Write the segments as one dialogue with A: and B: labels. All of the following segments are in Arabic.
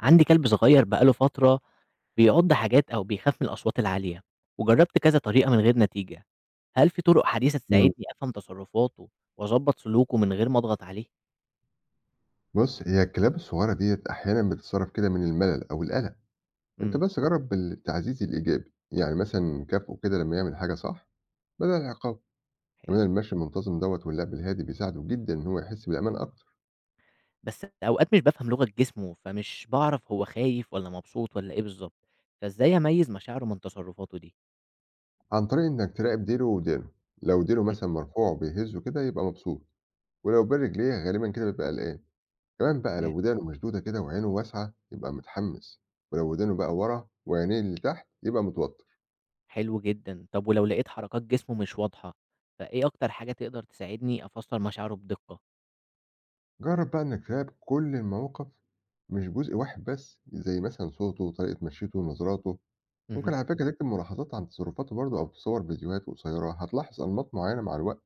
A: عندي كلب صغير بقاله فترة، بيعض حاجات أو بيخاف من الأصوات العالية، وجربت كذا طريقة من غير نتيجة. هل في طرق حديثة
B: إمم.
A: تساعدني أفهم تصرفاته وأظبط سلوكه من غير ما أضغط عليه؟
B: بُص، هي الكلاب الصغيرة ديّة أحيانًا بتتصرّف كده من الملل أو القلق. أنت
A: امم
B: بس جرّب التعزيز الإيجابي، يعني مثلًا كافئه كده لمّا يعمل حاجة صح بدل العقاب. كمان
A: حلو.
B: المشي المنتظم دوّة واللعب الهادي بيساعده جدًا إن هو يحس بالأمان أكتر،
A: بس أوقات مش بفهم لغة جسمه فمش بعرف هو خايف ولا مبسوط ولا إيه بالظبط، فإزاي أميز مشاعره من تصرفاته دي؟
B: عن طريق إنك تراقب ديله ودانه. لو ديله
A: مم،
B: مثلًا مرفوع وبيهزه كده يبقى مبسوط، ولو بين رجليه غالبًا كده بيبقى قلقان. كمان بقى لو
A: تمام.
B: ودانه مشدودة كده وعينه واسعة يبقى متحمس، ولو ودانه بقى ورا وعينيه لتحت يبقى متوتر.
A: حلو جدا. طب ولو لقيت حركات جسمه مش واضحة، فإيه أكتر حاجة تقدر تساعدني أفسر مشاعره بدقة؟
B: جرب بقى إنك تراقب كل المواقف، مش جزء واحد بس، زي مثلا صوته وطريقة مشيته ونظراته. ممكن
A: مهم.
B: على فكرة تكتب ملاحظات عن تصرفاته برضه أو تصور فيديوهات قصيرة، هتلاحظ أنماط معينة مع الوقت.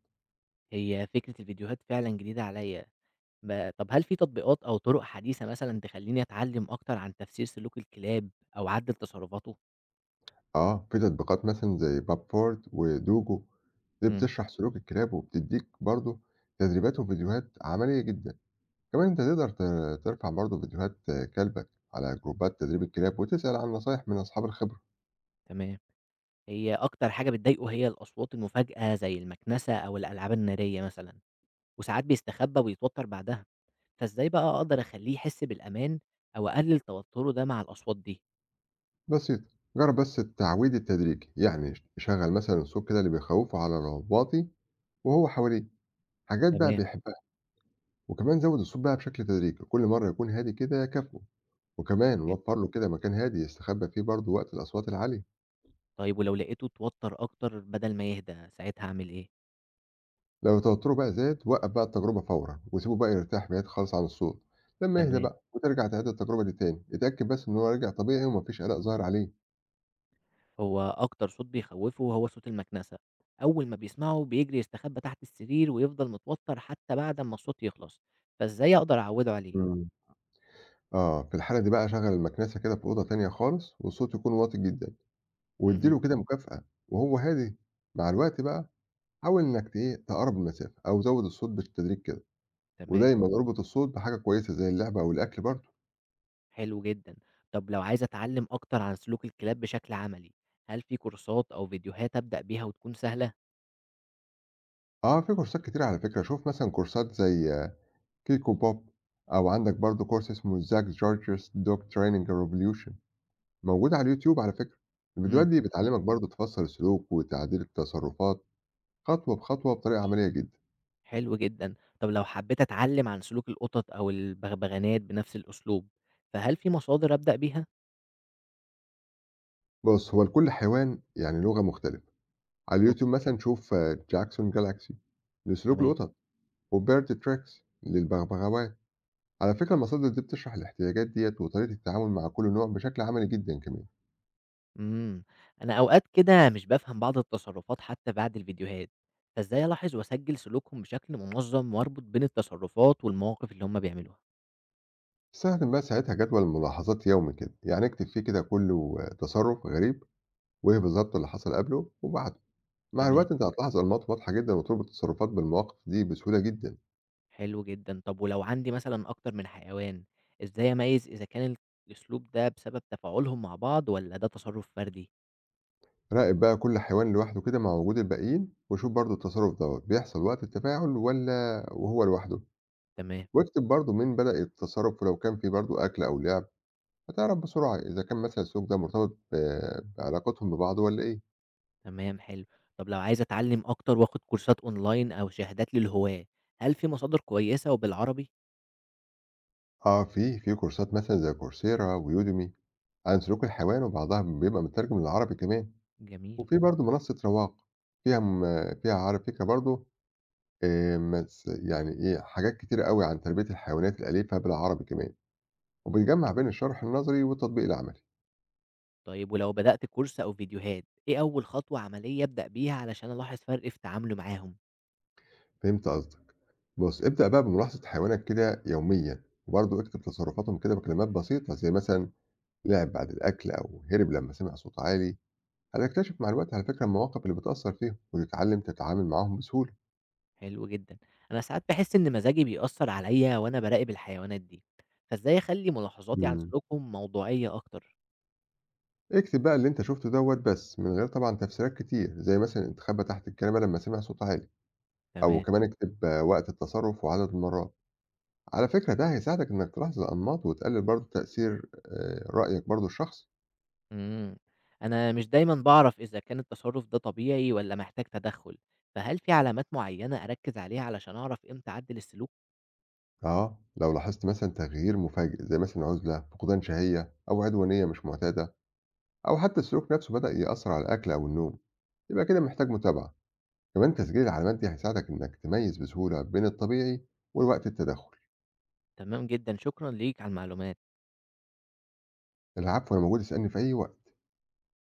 A: هي فكرة الفيديوهات فعلا جديدة عليا. طب هل في تطبيقات أو طُرق حديثة مثلًا تخلّيني أتعلّم أكتر عن تفسير سلوك الكلاب أو عَدْل تصرفاته؟
B: في تطبيقات مثلا زي بابفورد ودوجو، دي
A: إمم،
B: بتشرح سلوك الكلاب وبتديك برضه تدريبات وفيديوهات عملية جدا. كمان أنت تقدر ترفع برضه فيديوهات كلبك على جروبات تدريب الكلاب وتسأل عن نصايح من أصحاب الخبرة.
A: تمام. هي أكتر حاجة بتضايقه هي الأصوات المفاجئة زي المكنسة أو الألعاب النارية مثلًا، وساعات بيستخبى ويتوتر بعدها، فإزاي بقى أقدر أخلّيه يحس بالأمان أو أقلل توتره ده مع الأصوات دي؟
B: بسيطة، جرّب بس التعويد التدريجي، يعني شغّل مثلًا الصوت كده اللي بيخوّفه على رواقي وهو حواليه، حاجات بقى
A: تمام،
B: بيحبها. وكمان زوّد الصوت بقى بشكل تدريجي، كل مرّة يكون هادي كده يكافئه. وكمان
A: حلو.
B: وفّر له كده مكان هادي يستخبى فيه برضه وقت الأصوات العالية.
A: طيب ولو لقيته اتوتر أكتر بدل ما يهدى، ساعتها أعمل إيه؟
B: لو توتّره بقى زاد، وقّف بقى التجربة فورًا، وسيبه بقى يرتاح بعيد خالص عن الصوت. لمّا يهدى
A: تمام.
B: بقى، وترجع تعيد التجربة دي تاني، اتأكد بس إن هو رجع طبيعي وما فيش قلق ظاهر عليه.
A: هو أكتر صوت بيخوّفه هو صوت المكنسة، أول ما بيسمعه بيجري يستخبى تحت السرير ويفضل متوتر حتى بعد أمّا الصوت يخلص، فإزاي أقدر أعوّده عليه؟
B: إمم. آه، في الحالة دي بقى شغّل المكنسة كده في أوضة تانية خالص والصوت يكون واطي جدًا. وادّي
A: اهم،
B: له كده مكافأة وهو هادي. مع الوقت بقى حاول إنّك ت إيه، تقرّب المسافة أو زوّد الصوت بالتدريج كده.
A: تمام،
B: ودايمًا اربط الصوت بحاجة كويسة زي اللعبة أو الأكل برضه.
A: حلو جدًا. طب لو عايز أتعلّم أكتر عن سلوك الكلاب بشكل عملي، هل في كورسات أو فيديوهات أبدأ بيها وتكون سهلة؟
B: في كورسات كتيرة على فكرة. شوف مثلًا كورسات زي كيكو بوب، أو عندك برضه كورس اسمه Zack George's Dog Training Revolution، موجود على اليوتيوب على فكرة. الفيديوهات
A: إمم،
B: دي
A: تمام،
B: بتعلّمك برضه تفسّر السلوك وتعديل التصرفات خطوة بخطوة بطريقة عملية جدًا.
A: حلو جدًا. طب لو حبيت أتعلّم عن سلوك القطط أو البغبغانات بنفس الأسلوب، فهل في مصادر أبدأ بيها؟
B: بُص، هو لكل حيوان يعني لغة مختلفة. على اليوتيوب
A: أوكي،
B: مثلًا شوف Jackson Galaxy لسلوك
A: تمام.
B: القطط، وBird Tracks للبغبغاوات. على فكرة المصادر دي بتشرح الاحتياجات ديّة وطريقة التعامل مع كل نوع بشكل عملي جدًا كمان.
A: إمم، أنا أوقات كده مش بافهم بعض التصرفات حتى بعد الفيديوهات، فإزاي ألاحظ وأسجل سلوكهم بشكل منظم وأربط بين التصرفات والمواقف اللي هُم بيعملوها؟
B: استخدم بقى ساعتها جدول ملاحظات يومي كده، يعني اكتب فيه كده كل تصرُّف غريب وإيه بالضبط اللي حصل قبله وبعده. مع
A: تمام،
B: الوقت أنت هتلاحظ أنماط واضحة جدًا وتربط التصرفات بالمواقف دي بسهولة جدًا.
A: حلو جدًا. طب ولو عندي مثلًا أكتر من حيوان، إزاي أميّز إذا كان الأسلوب ده بسبب تفاعلهم مع بعض والّا ده تصرف فردي؟
B: راقب بقى كل حيوان لوحده كده مع وجود الباقيين، وشوف برضه التصرُّف دوّة بيحصل وقت التفاعل والّا وهو لوحده؟
A: تمام،
B: واكتب برضه مين بدأ التصرف ولو كان في برضه أكل أو لعب، هتعرف بسرعة إذا كان مثلا السلوك ده مرتبط بعلاقتهم ببعض ولا إيه.
A: تمام، حلو. طب لو عايز أتعلم أكتر وآخد كورسات أونلاين أو شهادات للهواة، هل في مصادر كويسة وبالعربي؟
B: آه، في كورسات مثلا زي كورسيرا ويوديمي عن سلوك الحيوان، وبعضها بيبقى مترجم للعربي كمان.
A: جميل،
B: وفي برضه منصة رواق، فيها على فكرة برضه آه، مس- يعني إيه حاجات كتير قوي عن تربية الحيوانات الأليفة بالعربي كمان، وبتجمع
A: أوكي.
B: بين الشرح النظري والتطبيق العملي.
A: طيب ولو بدأت كورس أو فيديوهات، إيه أول خطوة عملية أبدأ بيها علشان ألاحظ فرق في تعاملي معاهم؟
B: فهمت قصدي؟ بُص، ابدأ بقى بملاحظة حيوانك كده يوميًا، وبرضه اكتب تصرفاتهم كده بكلمات بسيطة، زي مثلًا لعب بعد الأكل أو هرب لمّا سمع صوت عالي. هتكتشف مع الوقت على فكرة المواقف اللي بتأثّر فيهم، وتتعلم تتعامل معاهم بسهولة.
A: حلو جدًا. أنا ساعات باحس إن مزاجي بيأثر عليَّ وأنا باراقب الحيوانات دي، فإزاي أخلي ملاحظاتي عن
B: إمم.
A: سلوكهم موضوعية أكتر؟
B: اكتب بقى اللي أنت شُفته دوّة بس، من غير طبعًا تفسيرات كتير، زي مثلًا اتخبى تحت الكنبة لمّا سمع صوت عالي، أو
A: تمام،
B: كمان اكتب وقت التصرف وعدد المرات. على فكرة ده هيساعدك إنك تلاحظ الأنماط وتقلل برضه تأثير رأيك برضه الشخصي.
A: إمم، أنا مش دايمًا باعرف إذا كان التصرف ده طبيعي والّا محتاج تدخل، فهل في علامات معينة أركز عليها علشان أعرف إمتى أعدل السلوك؟
B: آه، لو لاحظت مثلًا تغيير مفاجئ زي مثلًا عُزلة، فقدان شهية أو عدوانية مش معتادة، أو حتى السلوك نفسه بدأ يأثّر على الأكل أو النوم، يبقى كده محتاج متابعة. كمان تسجيل العلامات دي هيساعدك إنك تميّز بسهولة بين الطبيعي والوقت التدخُّل.
A: تمام جدًا، شكرًا ليك على المعلومات.
B: العفو، أنا موجود اسألني في أي وقت.